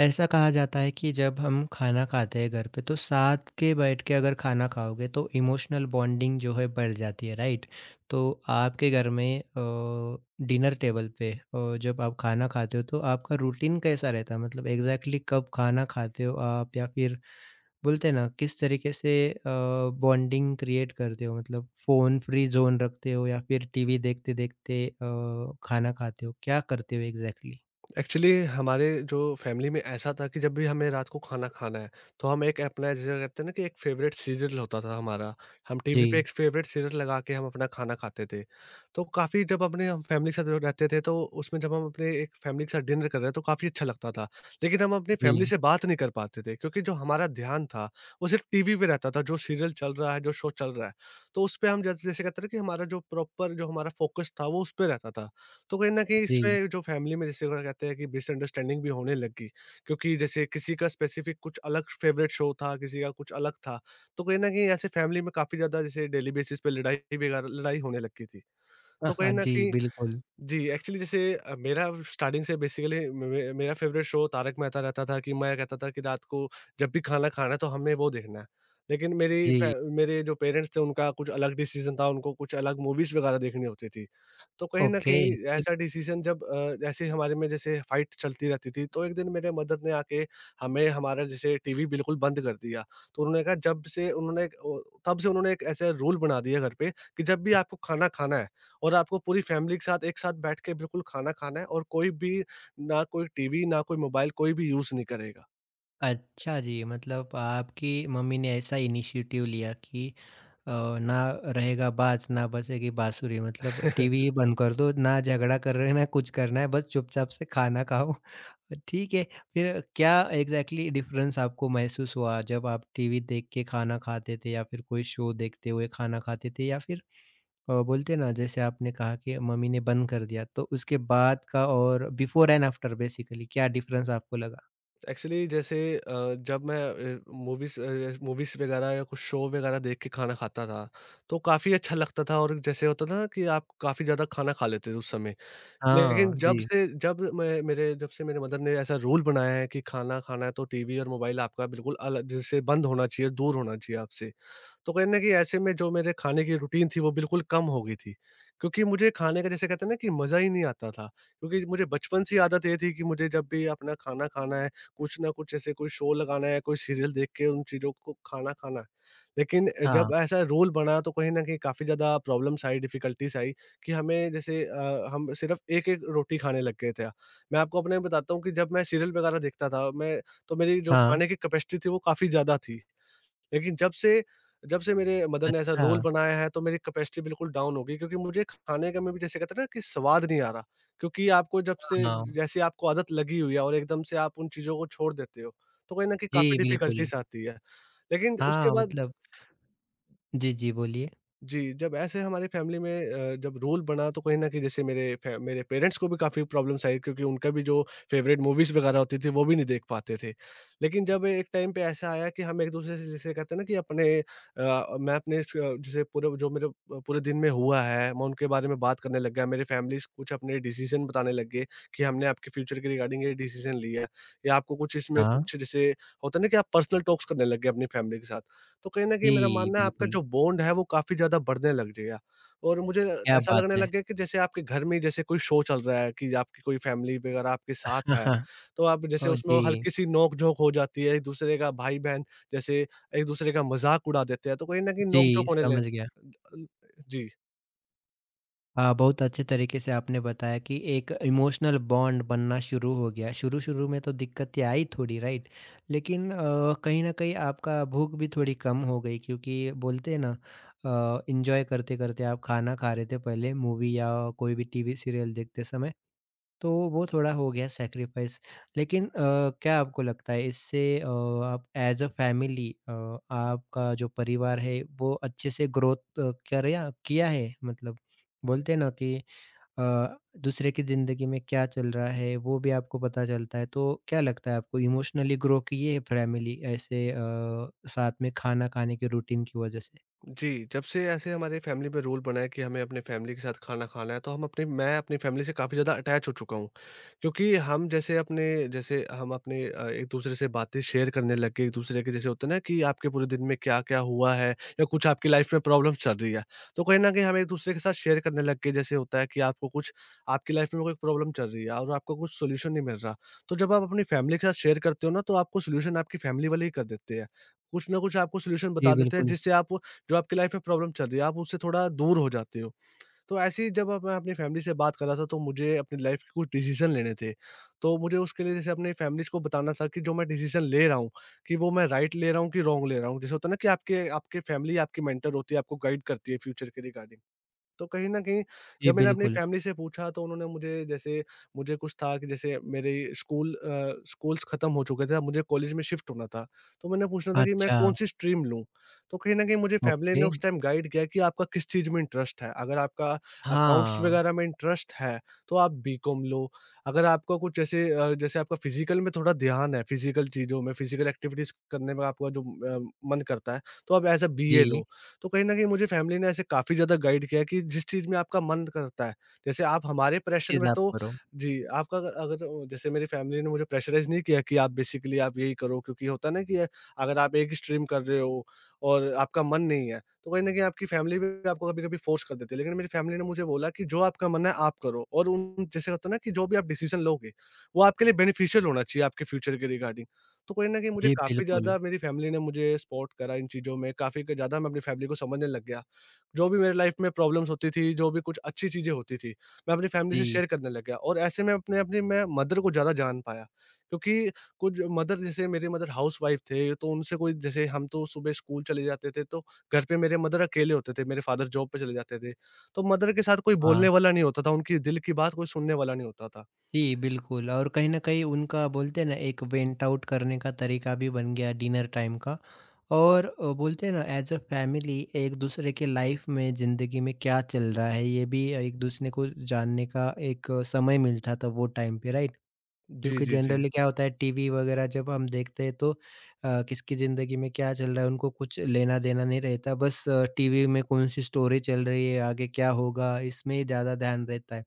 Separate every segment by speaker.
Speaker 1: ऐसा कहा जाता है कि जब हम खाना खाते हैं घर पे तो साथ के बैठ के अगर खाना खाओगे तो इमोशनल बॉन्डिंग जो है बढ़ जाती है राइट? तो आपके घर में डिनर टेबल पे जब आप खाना खाते हो तो आपका रूटीन कैसा रहता है? मतलब एग्ज़ैक्टली कब खाना खाते हो आप या फिर बोलते हैं ना किस तरीके से बॉन्डिंग क्रिएट करते हो? मतलब फ़ोन फ्री ज़ोन रखते हो या फिर टीवी देखते-देखते खाना खाते हो? क्या करते हो एग्ज़ैक्टली?
Speaker 2: एक्चुअली हमारे जो फैमिली में ऐसा था कि जब भी हमें रात को खाना खाना है, तो हम एक अपना, जैसे कहते हैं ना, कि एक फेवरेट सीरियल होता था हमारा। हम टीवी पे
Speaker 1: जी,
Speaker 2: एक फेवरेट सीरियल लगा के हम अपना खाना खाते थे। तो काफ़ी, जब अपने हम फैमिली के साथ जो रहते थे, तो उसमें जब हम अपने एक फैमिली के साथ डिनर कर रहे हैं, तो काफ़ी अच्छा लगता था। लेकिन हम अपनी फैमिली
Speaker 1: जी,
Speaker 2: से बात नहीं कर पाते थे क्योंकि जो हमारा ध्यान था, वो सिर्फ टीवी पे रहता था, जो सीरियल चल रहा है, जो शो चल रहा है। तो उस पर हम जैसे, जैसे कहते हैं ना, कि हमारा जो प्रॉपर, जो हमारा फोकस था, वो उस पर रहता था। तो कहीं न कहीं
Speaker 1: जी।
Speaker 2: इसमें जो फैमिली में, जैसे वो कहते हैं, कि मिसअंडरस्टैंडिंग भी होने लग गई, क्योंकि जैसे किसी का स्पेसिफ़िक कुछ अलग फ़ेवरेट शो था, किसी का कुछ अलग था। तो कहीं न कहीं ऐसे फैमिली में काफ़ी ज़्यादा, जैसे डेली बेसिस पे, लड़ाई वगैरह लड़ाई होने लग गई थी।
Speaker 1: हाँ,
Speaker 2: तो कहीं
Speaker 1: हाँ।
Speaker 2: न
Speaker 1: जी,
Speaker 2: कहीं,
Speaker 1: बिल्कुल।
Speaker 2: जी, एक्चुअली, जैसे मेरा स्टार्टिंग से बेसिकली मे मे मेरा फ़ेवरेट शो तारक मेहता रहता था। कि मैं कहता था कि रात को जब भी खाना खाना है, तो हमने वो देखना है। लेकिन मेरी फै
Speaker 1: जी,
Speaker 2: मेरे जो पेरेंट्स थे, उनका कुछ अलग डिसीज़न था, उनको कुछ अलग मूवीज़ वग़ैरह देखनी होती थी। तो कहीं न
Speaker 1: ओके,
Speaker 2: कहीं
Speaker 1: फिर?
Speaker 2: ऐसा डिसीज़न जब, ऐसे हमारे में जैसे फ़ाइट चलती रहती थी, तो एक दिन मेरे मदर ने आके हमें हमारा, जैसे टीवी बिल्कुल बंद कर दिया। तो उन्होंने कहा, जब से उन्होंने एक- ओ तब से उन्होंने एक ऐसा रूल बना दिया घर पे कि जब भी आपको खाना खाना है और आपको पूरी फैमिली के साथ एक साथ बैठ के बिल्कुल खाना खाना है, और कोई भी, ना कोई टीवी, ना कोई मोबाइल, कोई भी यूज़ नहीं करेगा।
Speaker 1: अच्छा जी, मतलब आपकी मम्मी ने ऐसा इनिशिएटिव लिया कि अ, ना रहेगा बाज, ना बजेगी बाँसुरी मतलब टीवी ही बंद कर दो, ना झगड़ा करना है, ना कुछ करना है, बस चुपचाप से खाना खाओ। ठीक है, फिर क्या एग्ज़ैक्टली डिफ़रेंस आपको महसूस हुआ जब आप टीवी देख के खाना खाते थे या फिर कोई शो देखते हुए खाना खाते थे या फिर बोलते हैं ना जैसे आपने कहा कि मम्मी ने बंद कर दिया, तो उसके बाद का और बिफ़ोर एंड आफ्टर बेसिकली क्या डिफ़रेंस आपको लगा?
Speaker 2: एक्चुअली, जैसे जब मैं मूवीज़, मूवीज़ वगैरह या कुछ शो वगैरह देख के खाना खाता था, तो काफ़ी अच्छा लगता था। और जैसे होता था ना, कि आप काफ़ी ज़्यादा खाना खा लेते थे उस समय।
Speaker 1: हाँ,
Speaker 2: लेकिन जब
Speaker 1: जी।
Speaker 2: से, जब से मेरे मदर ने ऐसा रूल बनाया है कि खाना खाना है, तो टीवी और मोबाइल आपका बिल्कुल अलग, जैसे बंद होना चाहिए, दूर होना चाहिए आपसे। तो कहीं न कहीं ऐसे में जो मेरे खाने की रूटीन थी, वो बिल्कुल कम हो गई थी। क्योंकि मुझे खाने का, जैसे कहते हैं ना, कि मज़ा ही नहीं आता था। क्योंकि मुझे बचपन से ही आदत ये थी कि मुझे जब भी अपना खाना खाना है, कुछ न कुछ ऐसे कोई शो लगाना है, कोई सीरियल देख के उन चीज़ों को खाना खाना है। लेकिन जब
Speaker 1: हाँ,
Speaker 2: ऐसा रूल बना, तो कहीं न कहीं काफ़ी ज़्यादा प्रॉब्लम्स आई, डिफ़िकल्टीज़ आई कि हमें, जैसे हम सिर्फ़ एक-एक रोटी खाने लग गए थे। मैं आपको अपने बताता हूँ कि जब मैं सीरियल वगैरह देखता था मैं, तो मेरी जो
Speaker 1: हाँ।
Speaker 2: खाने की कैपेसिटी थी, वो काफ़ी ज़्यादा थी। लेकिन जब से, जब से मेरे मदर ने ऐसा
Speaker 1: अच्छा,
Speaker 2: रोल बनाया है, तो मेरी कैपेसिटी बिल्कुल डाउन हो गई क्योंकि मुझे खाने का में भी, जैसे कहते हैं ना, कि स्वाद नहीं आ रहा। क्योंकि आपको जब से,
Speaker 1: हाँ।
Speaker 2: जैसे आपको आदत लगी हुई है और एकदम से आप उन चीज़ों को छोड़ देते हो, तो कहीं न कहीं
Speaker 1: जी,
Speaker 2: काफ़ी
Speaker 1: बिल्कुल।
Speaker 2: डिफ़िकल्टीज़ आती है। लेकिन उसके
Speaker 1: हाँ,
Speaker 2: बाद,
Speaker 1: मतलब जी, जी, बोलिए।
Speaker 2: जी, जब ऐसे हमारी फैमिली में जब रूल बना, तो कहीं न कहीं जैसे मेरे पेरेंट्स को भी काफ़ी प्रॉब्लम्स आई क्योंकि उनका भी जो फ़ेवरेट मूवीज़ वगैरह होती थी, वो भी नहीं देख पाते थे। लेकिन जब एक टाइम पे ऐसा आया कि हम एक-दूसरे से, जैसे कहते हैं ना, कि अपने मैं अपने स जैसे पूरे जो मेरे, पूरे दिन में हुआ है, मैं उनके बारे में बात करने लग गया। मेरी फैमिलीज़ कुछ अपने डिसीज़न बताने लग गए कि हमने आपके फ्यूचर के रिगार्डिंग ये डिसीज़न लिया है, या आपको कुछ इसमें
Speaker 1: हाँ।
Speaker 2: कुछ, जैसे होता है ना, कि आप पर्सनल टॉक्स करने लग गए अपनी फैमिली के साथ। तो कहीं न कहीं मेरा
Speaker 1: जी,
Speaker 2: मानना है, आपका
Speaker 1: बिल्कुल,
Speaker 2: जो बॉन्ड है, वो काफ़ी ज़्यादा बढ़ने लग जाएगा। और मुझे
Speaker 1: क्या
Speaker 2: ऐसा
Speaker 1: बात
Speaker 2: लगने लग
Speaker 1: है!
Speaker 2: गया कि जैसे आपके घर में ही, जैसे कोई शो चल रहा है, कि आपकी कोई फैमिली वगैरह आपके साथ है, तो आप, जैसे
Speaker 1: ओह,
Speaker 2: उसमें
Speaker 1: जी।
Speaker 2: हल्की-सी नोक-झोंक हो जाती है, एक-दूसरे का भाई-बहन जैसे एक-दूसरे का मज़ाक उड़ा देते हैं, तो कहीं न कहीं नोक-झोंक
Speaker 1: जी,
Speaker 2: होने लग,
Speaker 1: समझ गया।
Speaker 2: जी।
Speaker 1: हाँ, बहुत अच्छे तरीके से आपने बताया कि एक इमोशनल बॉन्ड बनना शुरू हो गया। शुरू-शुरू में तो दिक्कतें आई थोड़ी, राइट? लेकिन कहीं न कहीं आपका भूख भी थोड़ी कम हो गई क्योंकि बोलते हैं ना एन्जॉय करते-करते आप खाना खा रहे थे पहले मूवी या कोई भी टीवी सीरियल देखते समय तो वो थोड़ा हो गया सैक्रिफाइस लेकिन क्या आपको लगता है इससे आप एज़ अ फैमिली आपका जो परिवार है वो अच्छे से ग्रोथ कर या किया है? मतलब बोलते हैं ना कि अ, दूसरे की ज़िंदगी में क्या चल रहा है वो भी आपको पता चलता है। तो क्या लगता है आपको इमोशनली ग्रो की है फैमिली ऐसे साथ में खाना खाने के रूटीन की वज़ह से?
Speaker 2: जी, जब से ऐसे हमारे फैमिली में रूल बना है कि हमें अपने फैमिली के साथ खाना खाना है, तो हम अपने मैं अपनी फैमिली से काफ़ी ज़्यादा अटैच हो चुका हूँ। क्योंकि हम, जैसे अपने, जैसे हम अपने एक-दूसरे से बातें शेयर करने लग गए, एक-दूसरे के, जैसे होता है ना, कि आपके पूरे दिन में क्या-क्या हुआ है, या कुछ आपकी लाइफ़ में प्रॉब्लम्स चल रही है। तो कहीं न कहीं हम एक-दूसरे के साथ शेयर करने लग गए, जैसे होता है कि आपको कुछ आपकी लाइफ़ में कोई प्रॉब्लम चल रही है और आपको कुछ सॉल्यूशन नहीं मिल रहा। तो जब आप अपनी फैमिली के साथ शेयर करते हो ना, तो आपको सॉल्यूशन आपकी फैमिली वाले ही कर देते हैं। कुछ ना कुछ आपको सॉल्यूशन
Speaker 1: जी,
Speaker 2: बता देते हैं,
Speaker 1: बिल्कुल।
Speaker 2: जिससे आप, जो आपकी लाइफ में प्रॉब्लम चल रही है, आप उससे थोड़ा दूर हो जाते हो। तो ऐसे ही जब अब मैं अपनी फैमिली से बात कर रहा था, तो मुझे अपनी लाइफ के कुछ डिसीज़न लेने थे। तो मुझे उसके लिए, जैसे अपनी फैमिलीज़ को बताना था कि जो मैं डिसीज़न ले रहा हूँ, कि वो मैं राइट ले रहा हूँ कि रॉन्ग ले रहा हूँ। जैसे होता है ना, कि आपके आपके फैमिली आपकी मेंटर होती है, आपको गाइड करती है फ्यूचर के रिगार्डिंग। तो कहीं न कहीं
Speaker 1: जी,
Speaker 2: जब मैंने अपनी
Speaker 1: बिल्कुल।
Speaker 2: फैमिली से पूछा, तो उन्होंने मुझे, जैसे मुझे कुछ था कि जैसे मेरे स्कूल, स्कूल्स खत्म हो चुके थे, अब मुझे कॉलेज में शिफ्ट होना था। तो मैंने पूछना था कि मैं
Speaker 1: अच्छा,
Speaker 2: कौन-सी स्ट्रीम लूँ? तो कहीं न कहीं मुझे फैमिली
Speaker 1: ओके।
Speaker 2: ने उस टाइम गाइड किया कि आपका किस चीज़ में इंटरेस्ट है, अगर आपका अकाउंट्स
Speaker 1: हाँ,
Speaker 2: वगैरह में इंटरेस्ट है, तो आप बीकॉम लो। अगर आपका कुछ, जैसे जैसे आपका फिज़िकल में थोड़ा ध्यान है, फिज़िकल चीज़ों में, फिज़िकल एक्टिविटीज़ करने में आपका जो मन करता है, तो आप एज़ अ बीए
Speaker 1: जी,
Speaker 2: लो। तो कहीं न कहीं मुझे फैमिली ने ऐसे काफ़ी ज़्यादा गाइड किया कि जिस चीज़ में आपका मन करता है, जैसे आप हमारे प्रेशर
Speaker 1: चीज़
Speaker 2: में
Speaker 1: आप
Speaker 2: तो,
Speaker 1: करो।
Speaker 2: जी, आपका अगर, जैसे मेरी फैमिली ने मुझे प्रेशराइज़ नहीं किया कि आप बेसिकली आप यही करो, क्योंकि होता है ना, कि अगर आप एक ही स्ट्रीम कर रहे हो और आपका मन नहीं है, तो कहीं न कहीं आपकी फैमिली भी आपको कभी-कभी फोर्स कर देती है। लेकिन मेरी फैमिली ने मुझे बोला कि जो आपका मन है आप करो, और उन, जैसे होता है ना, कि जो भी आप डिसीज़न लोगे, वो आपके लिए बेनिफिशियल होना चाहिए आपके फ्यूचर के रिगार्डिंग। तो कहीं न कहीं मुझे
Speaker 1: जी,
Speaker 2: काफ़ी
Speaker 1: बिल्कुल।
Speaker 2: ज़्यादा मेरी फैमिली ने मुझे सपोर्ट करा इन चीज़ों में, काफ़ी क ज़्यादा मैं अपनी फैमिली को समझने लग गया। जो भी मेरे लाइफ़ में प्रॉब्लम्स होती थी, जो भी कुछ अच्छी चीज़ें होती थी, मैं अपनी फैमिली से
Speaker 1: जी,
Speaker 2: शेयर करने लग गया, और ऐसे में अपने, अपनी मैं मदर को ज़्यादा जान पाया। क्योंकि कुछ मदर, जैसे मेरे मदर हाउसवाइफ़ थे, तो उनसे कोई, जैसे हम तो सुबह स्कूल चले जाते थे, तो घर पे मेरे मदर अकेले होते थे, मेरे फादर जॉब पे चले जाते थे। तो मदर के साथ कोई बोलने
Speaker 1: हाँ।
Speaker 2: वाला नहीं होता था, उनकी दिल की बात कोई सुनने वाला नहीं होता था।
Speaker 1: जी, बिल्कुल और कहीं न कहीं उनका बोलते हैं ना एक वेंट आउट करने का तरीका भी बन गया डिनर टाइम का और बोलते हैं ना एज़ अ फैमिली एक-दूसरे के लाइफ़ में ज़िंदगी में क्या चल रहा है, ये भी एक-दूसरे को जानने का एक समय मिलता था वो टाइम पे, राइट?
Speaker 2: जी,
Speaker 1: क्योंकि
Speaker 2: जी, जी।
Speaker 1: जनरली क्या होता है टीवी वगैरह जब हम देखते हैं तो किसकी ज़िंदगी में क्या चल रहा है उनको कुछ लेना-देना नहीं रहता। बस टीवी में कौन सी स्टोरी चल रही है, आगे क्या होगा इसमें ही ज़्यादा ध्यान रहता है।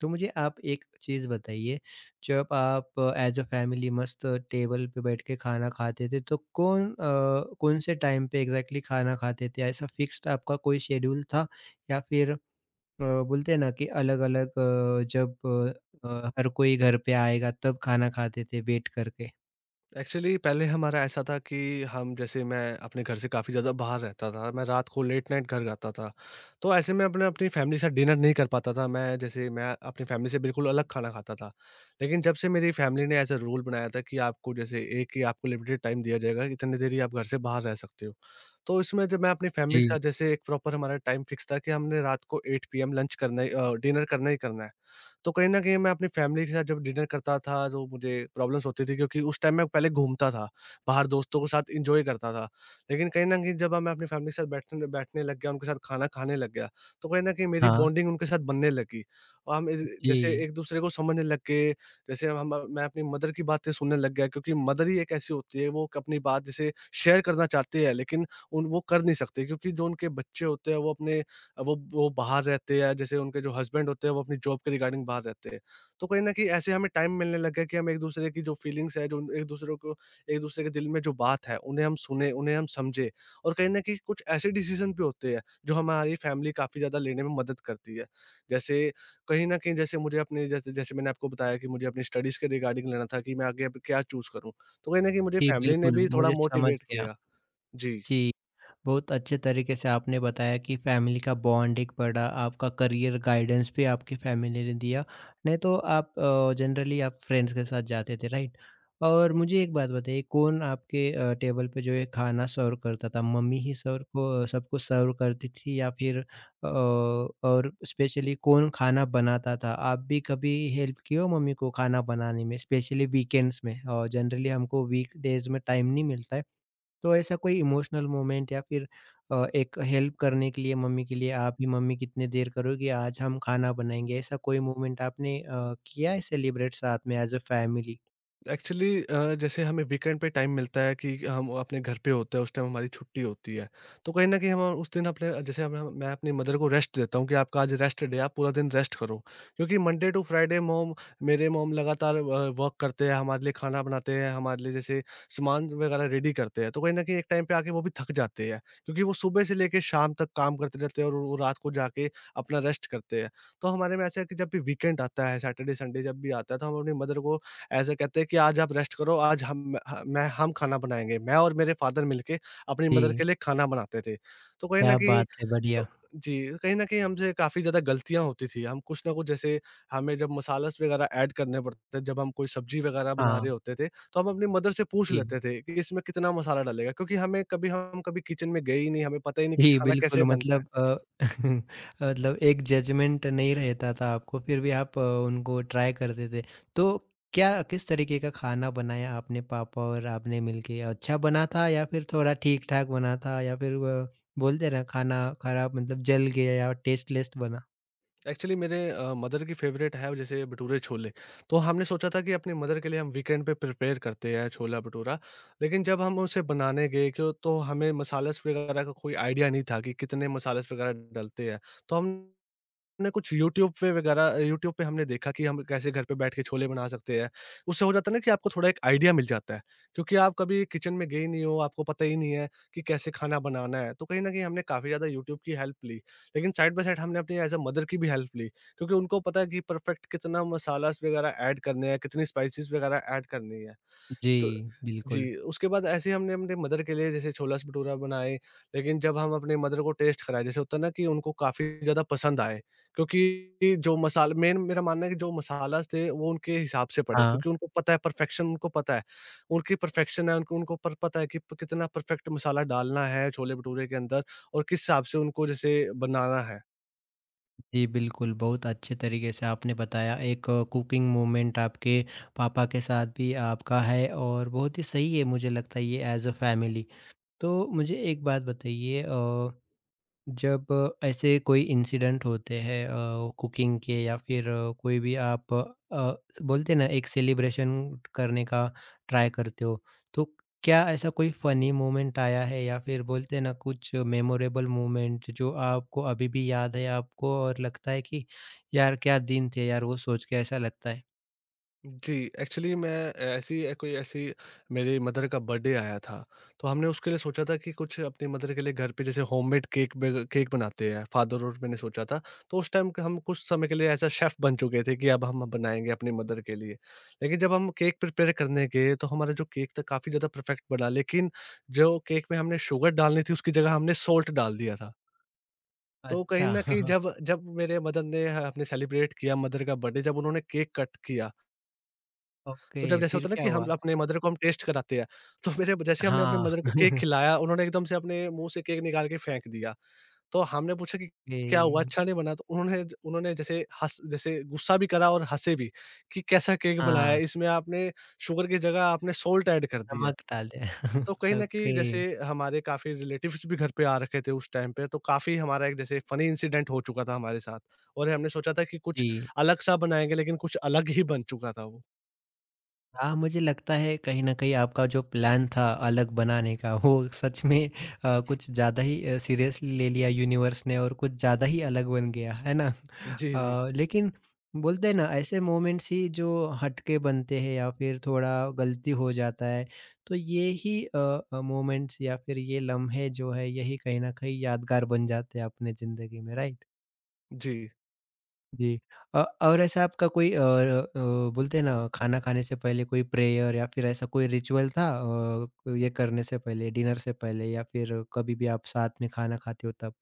Speaker 1: तो मुझे आप एक चीज़ बताइए, जब आप एज़ अ फैमिली मस्त टेबल पे बैठ के खाना खाते थे तो कौन कौन से टाइम पे एग्ज़ैक्टली खाना खाते थे? ऐसा फिक्स्ड आपका कोई शेड्यूल था या फिर अ, बोलते हैं ना कि अलग-अलग जब हर कोई घर पे आएगा तब खाना खाते थे बैठ कर के।
Speaker 2: एक्चुअली पहले हमारा ऐसा था कि हम, जैसे मैं अपने घर से काफ़ी ज़्यादा बाहर रहता था। मैं रात को लेट नाइट घर आता था। तो ऐसे में अपने अपनी फैमिली के साथ डिनर नहीं कर पाता था। मैं अपनी फैमिली से बिल्कुल अलग खाना खाता था। लेकिन जब से मेरी फैमिली ने ऐसा रूल बनाया था कि आपको, जैसे एक ही आपको लिमिटेड टाइम दिया जाएगा, इतनी देर ही आप घर से बाहर रह सकते हो। तो इसमें जब मैं अपनी फैमिली के
Speaker 1: जी,
Speaker 2: साथ, जैसे एक प्रॉपर हमारा टाइम फिक्स था कि हमने रात को 8 पीएम लंच करना ही, डिनर करना ही करना है। तो कहीं न कहीं मैं अपनी फैमिली के साथ जब डिनर करता था, तो मुझे प्रॉब्लम्स होती थी क्योंकि उस टाइम मैं पहले घूमता था, बाहर दोस्तों के साथ एन्जॉय करता था। लेकिन कहीं न कहीं जब अब मैं अपनी फैमिली के साथ बैठने बैठने लग गया, उनके साथ खाना खाने लग गया, तो कहीं न कहीं मेरी
Speaker 1: हाँ।
Speaker 2: बॉन्डिंग उनके साथ बनने लगी। और हम ए जैसे
Speaker 1: जी,
Speaker 2: एक-दूसरे को समझने लग गए, जैसे हम, मैं अपनी मदर की बातें सुनने लग गया क्योंकि मदर ही एक ऐसी होती है, वो अपनी बात जैसे शेयर करना चाहती है, लेकिन उन वो कर नहीं सकते क्योंकि जो उनके बच्चे होते हैं, वो अपने वो बाहर रहते हैं, जैसे उनके जो हस्बैंड होते हैं, वो अपनी जॉब के रिगार्डिंग बाहर रहते हैं। तो कहीं न कहीं ऐसे हमें टाइम मिलने लग गया है कि हम एक-दूसरे की जो फीलिंग्स हैं, जो एक-दूसरे को एक-दूसरे के दिल में जो बात है, उन्हें हम सुनें, उन्हें हम समझें और कहीं न कहीं कुछ ऐसे डिसीज़न भी होते हैं, जो हमारी फैमिली काफ़ी ज़्यादा लेने में मदद करती है। जैसे कहीं न कहीं जैसे मैंने आपको बताया कि मुझे अपनी स्टडीज़ के रिगार्डिंग लेना था कि मैं आगे अब क्या चूज़ करूँ। तो कहीं न कहीं मुझे
Speaker 1: जी
Speaker 2: फैमिली ने
Speaker 1: बिल्कुल,
Speaker 2: भी थोड़ा
Speaker 1: मुझे समझ
Speaker 2: मोटिवेट
Speaker 1: गया।
Speaker 2: किया। जी।
Speaker 1: जी। बहुत अच्छे तरीके से आपने बताया कि फैमिली का बॉन्ड एक बड़ा आपका करियर गाइडेंस भी आपकी फैमिली ने दिया नहीं तो आप जनरली आप फ्रेंड्स के साथ जाते थे राइट और मुझे एक बात बताइए कौन आपके टेबल पे जो है खाना सर्व करता था मम्मी ही सर्व को सबको सर्व करती थी या फिर और स्पेशली कौन खाना बनाता था आप भी कभी हेल्प किए हो मम्मी को खाना बनाने में स्पेशली वीकेंड्स में और जनरली हमको वीक डेज में टाइम नहीं मिलता है तो ऐसा कोई इमोशनल मोमेंट या फिर एक हेल्प करने के लिए मम्मी के लिए आप ही मम्मी कितने देर करोगी आज हम खाना बनाएंगे ऐसा कोई मोमेंट आपने किया है सेलिब्रेट साथ में एज अ फैमिली?
Speaker 2: एक्चुअली जैसे हमें वीकेंड पे टाइम मिलता है कि हम अपने घर पे होते हैं उस टाइम हमारी छुट्टी होती है। तो कहीं ना कहीं हम उस दिन अपने जैसे हम मैं अपनी मदर को रेस्ट देता हूँ कि आपका आज रेस्ट डे, आप पूरा दिन रेस्ट करो। क्योंकि मंडे टू फ्राइडे मोम मेरे मोम लगातार वर्क करते हैं, हमारे लिए खाना बनाते हैं, हमारे लिए जैसे सामान वगैरह रेडी करते हैं। तो कहीं ना कहीं एक टाइम पे आके वो भी थक जाते हैं, क्योंकि वो सुबह से लेके शाम तक काम करते रहते हैं और वो रात को जाके अपना रेस्ट करते हैं। तो हमारे में ऐसा है कि जब भी वीकेंड आता है, सैटरडे संडे जब भी आता है, तो हम अपनी मदर को ऐसे कहते हैं कि आज आप रेस्ट करो, आज हम खाना बनाएँगे। मैं और मेरे फादर मिलके अपनी मदर
Speaker 1: जी,
Speaker 2: के लिए खाना बनाते थे। तो कहीं न
Speaker 1: क्या
Speaker 2: कहीं
Speaker 1: बात है
Speaker 2: तो
Speaker 1: बढ़िया।
Speaker 2: जी, कहीं न कहीं हमसे काफ़ी ज़्यादा गलतियाँ होती थी। हम कुछ ना कुछ जैसे हमें जब मसालस वगैरह ऐड करने पड़ते थे, जब हम कोई सब्ज़ी वगैरह बना रहे
Speaker 1: हाँ,
Speaker 2: होते थे, तो हम अपनी मदर से पूछ
Speaker 1: जी।
Speaker 2: लेते थे कि इसमें कितना मसाला डालेगा? क्योंकि हमें कभी हम कभी किचन में गए ही नहीं, हमें पता ही नहीं कि
Speaker 1: जी,
Speaker 2: खाना
Speaker 1: बिल्कुल
Speaker 2: कैसे बनता है।
Speaker 1: मतलब मतलब एक जजमेंट नहीं रहता था आपको, फिर भी आप उनको ट्राई करते थे। तो क्या किस तरीके का खाना बनाया आपने पापा और आपने मिलके? अच्छा बना था या फिर थोड़ा ठीक-ठाक बना था या फिर व बोलते हैं ना खाना खराब मतलब जल गया या टेस्टलेस बना?
Speaker 2: एक्चुअली मेरे मदर की फेवरेट है जैसे भटूरे छोले। तो हमने सोचा था कि अपनी मदर के लिए हम वीकेंड पे प्रिपेयर करते हैं छोला भटूरा। लेकिन जब हम उसे बनाने गए क्यों तो हमें मसालस वगैरह का कोई आइडिया नहीं था कि कितने मसालस वगैरह डलते हैं। तो हम हमने कुछ यूट्यूब पे हमने देखा कि हम कैसे घर पे बैठ के छोले बना सकते हैं। उससे हो जाता है ना कि आपको थोड़ा एक आइडिया मिल जाता है, क्योंकि आप कभी किचन में गए नहीं हो, आपको पता ही नहीं है कि कैसे खाना बनाना है। तो कहीं न कहीं हमने काफ़ी ज़्यादा यूट्यूब की हेल्प ली, लेकिन साइड बाय साइड हमने अपनी एज़ अ मदर की भी हेल्प ली, क्योंकि उनको पता है कि परफेक्ट कितना मसालास वगैरह ऐड करने हैं, कितनी स्पाइसेस वगैरह ऐड करनी है।
Speaker 1: जी,
Speaker 2: तो
Speaker 1: बिल्कुल।
Speaker 2: जी, उसके बाद ऐसे ही हमने अपने मदर के लिए जैसे छोला-भटूरा बनाए, लेकिन जब हम अपने मदर को टेस्ट कराएँ, जैसे होता है ना कि उनको काफ़ी ज़्यादा पसंद आए, क्योंकि जो मसाल मेन मेरा मानना है कि जो मसालाज़ थे, वो उनके हिसाब से पड़े,
Speaker 1: हाँ।
Speaker 2: क्योंकि उनको पता है परफेक्शन, उनको पता है, उनकी परफेक्शन है, उनको उनको पर पता है कि प कितना परफेक्ट मसाला डालना है छोले-भटूरे के अंदर और किस हिसाब से उनको जैसे बनाना है।
Speaker 1: जी, बिल्कुल, बहुत अच्छे तरीके से आपने बताया एक कुकिंग मोमेंट आपके पापा के साथ भी आपका है और बहुत ही सही है मुझे लगता है ये एज़ अ फैमिली। तो मुझे एक बात बताइए जब ऐसे कोई इंसिडेंट होते हैं कुकिंग के या फिर कोई भी आप बोलते हैं ना एक सेलिब्रेशन करने का ट्राई करते हो तो क्या ऐसा कोई फनी मोमेंट आया है या फिर बोलते हैं ना कुछ मेमोरेबल मोमेंट जो आपको अभी भी याद है आपको और लगता है कि यार क्या दिन थे यार वो सोच के ऐसा लगता है?
Speaker 2: जी, एक्चुअली मैं ऐसी ए- कोई ऐसी मेरी मदर का बर्थडे आया था, तो हमने उसके लिए सोचा था कि कुछ अपनी मदर के लिए घर पे जैसे होममेड केक बनाते हैं, फादर और मैंने सोचा था। तो उस टाइम हम कुछ समय के लिए ऐसा शेफ़ बन चुके थे कि अब हम बनाएँगे अपनी मदर के लिए। लेकिन जब हम केक प्रिपेयर करने गए, तो हमारा जो केक था काफ़ी ज़्यादा परफेक्ट बना, लेकिन जो केक में हमने शुगर डालनी थी, उसकी जगह हमने सॉल्ट डाल दिया था। तो कहीं
Speaker 1: अच्छा
Speaker 2: न कहीं जब जब मेरे मदर ने ह हमने सेलिब्रेट किया मदर का बर्थडे, जब उन्होंने केक कट किया। तो
Speaker 1: ओके
Speaker 2: जब जैसे
Speaker 1: फिर
Speaker 2: होता है ना
Speaker 1: क्या
Speaker 2: कि हम
Speaker 1: हुआ?
Speaker 2: अपने मदर को हम टेस्ट कराते हैं, तो मेरे जैसे हमने अपने
Speaker 1: हाँ।
Speaker 2: मदर को केक खिलाया, उन्होंने एकदम से अपने मुँह से केक निकाल के फेंक दिया। तो हमने पूछा कि
Speaker 1: ए,
Speaker 2: क्या हुआ, अच्छा नहीं बना? तो उन्होंने उन्होंने जैसे गुस्सा भी करा और हँसे भी कि कैसा केक बनाया
Speaker 1: हाँ।
Speaker 2: है, इसमें आपने शुगर की जगह आपने सॉल्ट ऐड कर दी है।
Speaker 1: नमक डाल दें।
Speaker 2: तो कहीं न कहीं
Speaker 1: ओके,
Speaker 2: जैसे हमारे काफ़ी रिलेटिव्स भी घर पे आ रखे थे उस टाइम पे, तो काफ़ी हमारा एक जैसे फ़नी इंसिडेंट हो चुका था हमारे साथ और हमने सोचा था कि कुछ
Speaker 1: जी।
Speaker 2: अलग-सा बनाएँगे, लेकिन कुछ अलग ही बन चुका था वो।
Speaker 1: हाँ, मुझे लगता है कहीं न कहीं आपका जो प्लान था अलग बनाने का वो सच में कुछ ज़्यादा ही सीरियसली ले लिया यूनिवर्स ने और कुछ ज़्यादा ही अलग बन गया, है ना?
Speaker 2: जी, जी।
Speaker 1: लेकिन बोलते हैं ना ऐसे मोमेंट्स ही जो हटके बनते हैं या फिर थोड़ा गलती हो जाता है, तो ये ही मोमेंट्स या फिर ये लम्हे जो है यही कहीं न कहीं यादगार बन जाते हैं अपने ज़िंदगी में, राइट?
Speaker 2: जी।
Speaker 1: जी। और ऐसा आपका कोई बोलते हैं ना खाना खाने से पहले कोई प्रेयर या फिर ऐसा कोई रिचुअल था अ, ये करने से पहले, डिनर से पहले या फिर कभी भी आप साथ में खाना खाते हो तब?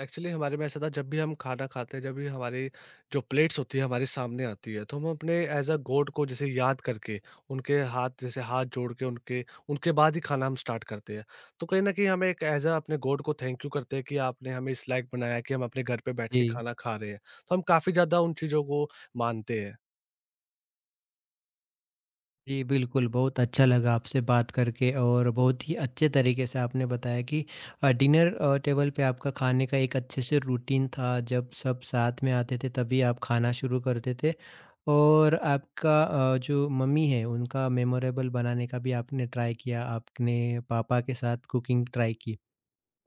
Speaker 2: एक्चुअली हमारे में ऐसा था जब भी हम खाना खाते हैं, जब भी हमारी जो प्लेट्स होती है हमारे सामने आती है, तो हम अपने एज अ गॉड को जैसे याद करके, उनके हाथ जैसे हाथ जोड़ के उनके उनके बाद ही खाना हम स्टार्ट करते हैं। तो कहीं ना कहीं हमें एक एज अ अपने गॉड को थैंक यू करते हैं कि आपने हमें इस लायक बनाया कि हम अपने घर पे बैठ के
Speaker 1: जी।
Speaker 2: खाना खा रहे हैं। तो हम काफ़ी ज़्यादा उन चीज़ों को मानते हैं।
Speaker 1: जी, बिल्कुल, बहुत अच्छा लगा आपसे बात करके और बहुत ही अच्छे तरीके से आपने बताया कि डिनर टेबल पे आपका खाने का एक अच्छे से रूटीन था, जब सब साथ में आते थे तभी आप खाना शुरू करते थे और आपका जो मम्मी है उनका मेमोरेबल बनाने का भी आपने ट्राई किया, आपने पापा के साथ कुकिंग ट्राई की।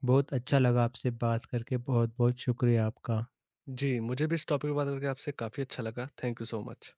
Speaker 1: बहुत अच्छा लगा आपसे बात करके, बहुत-बहुत शुक्रिया आपका।
Speaker 2: जी, मुझे भी इस टॉपिक पर बात करके आपसे काफ़ी अच्छा लगा, थैंक यू सो मच।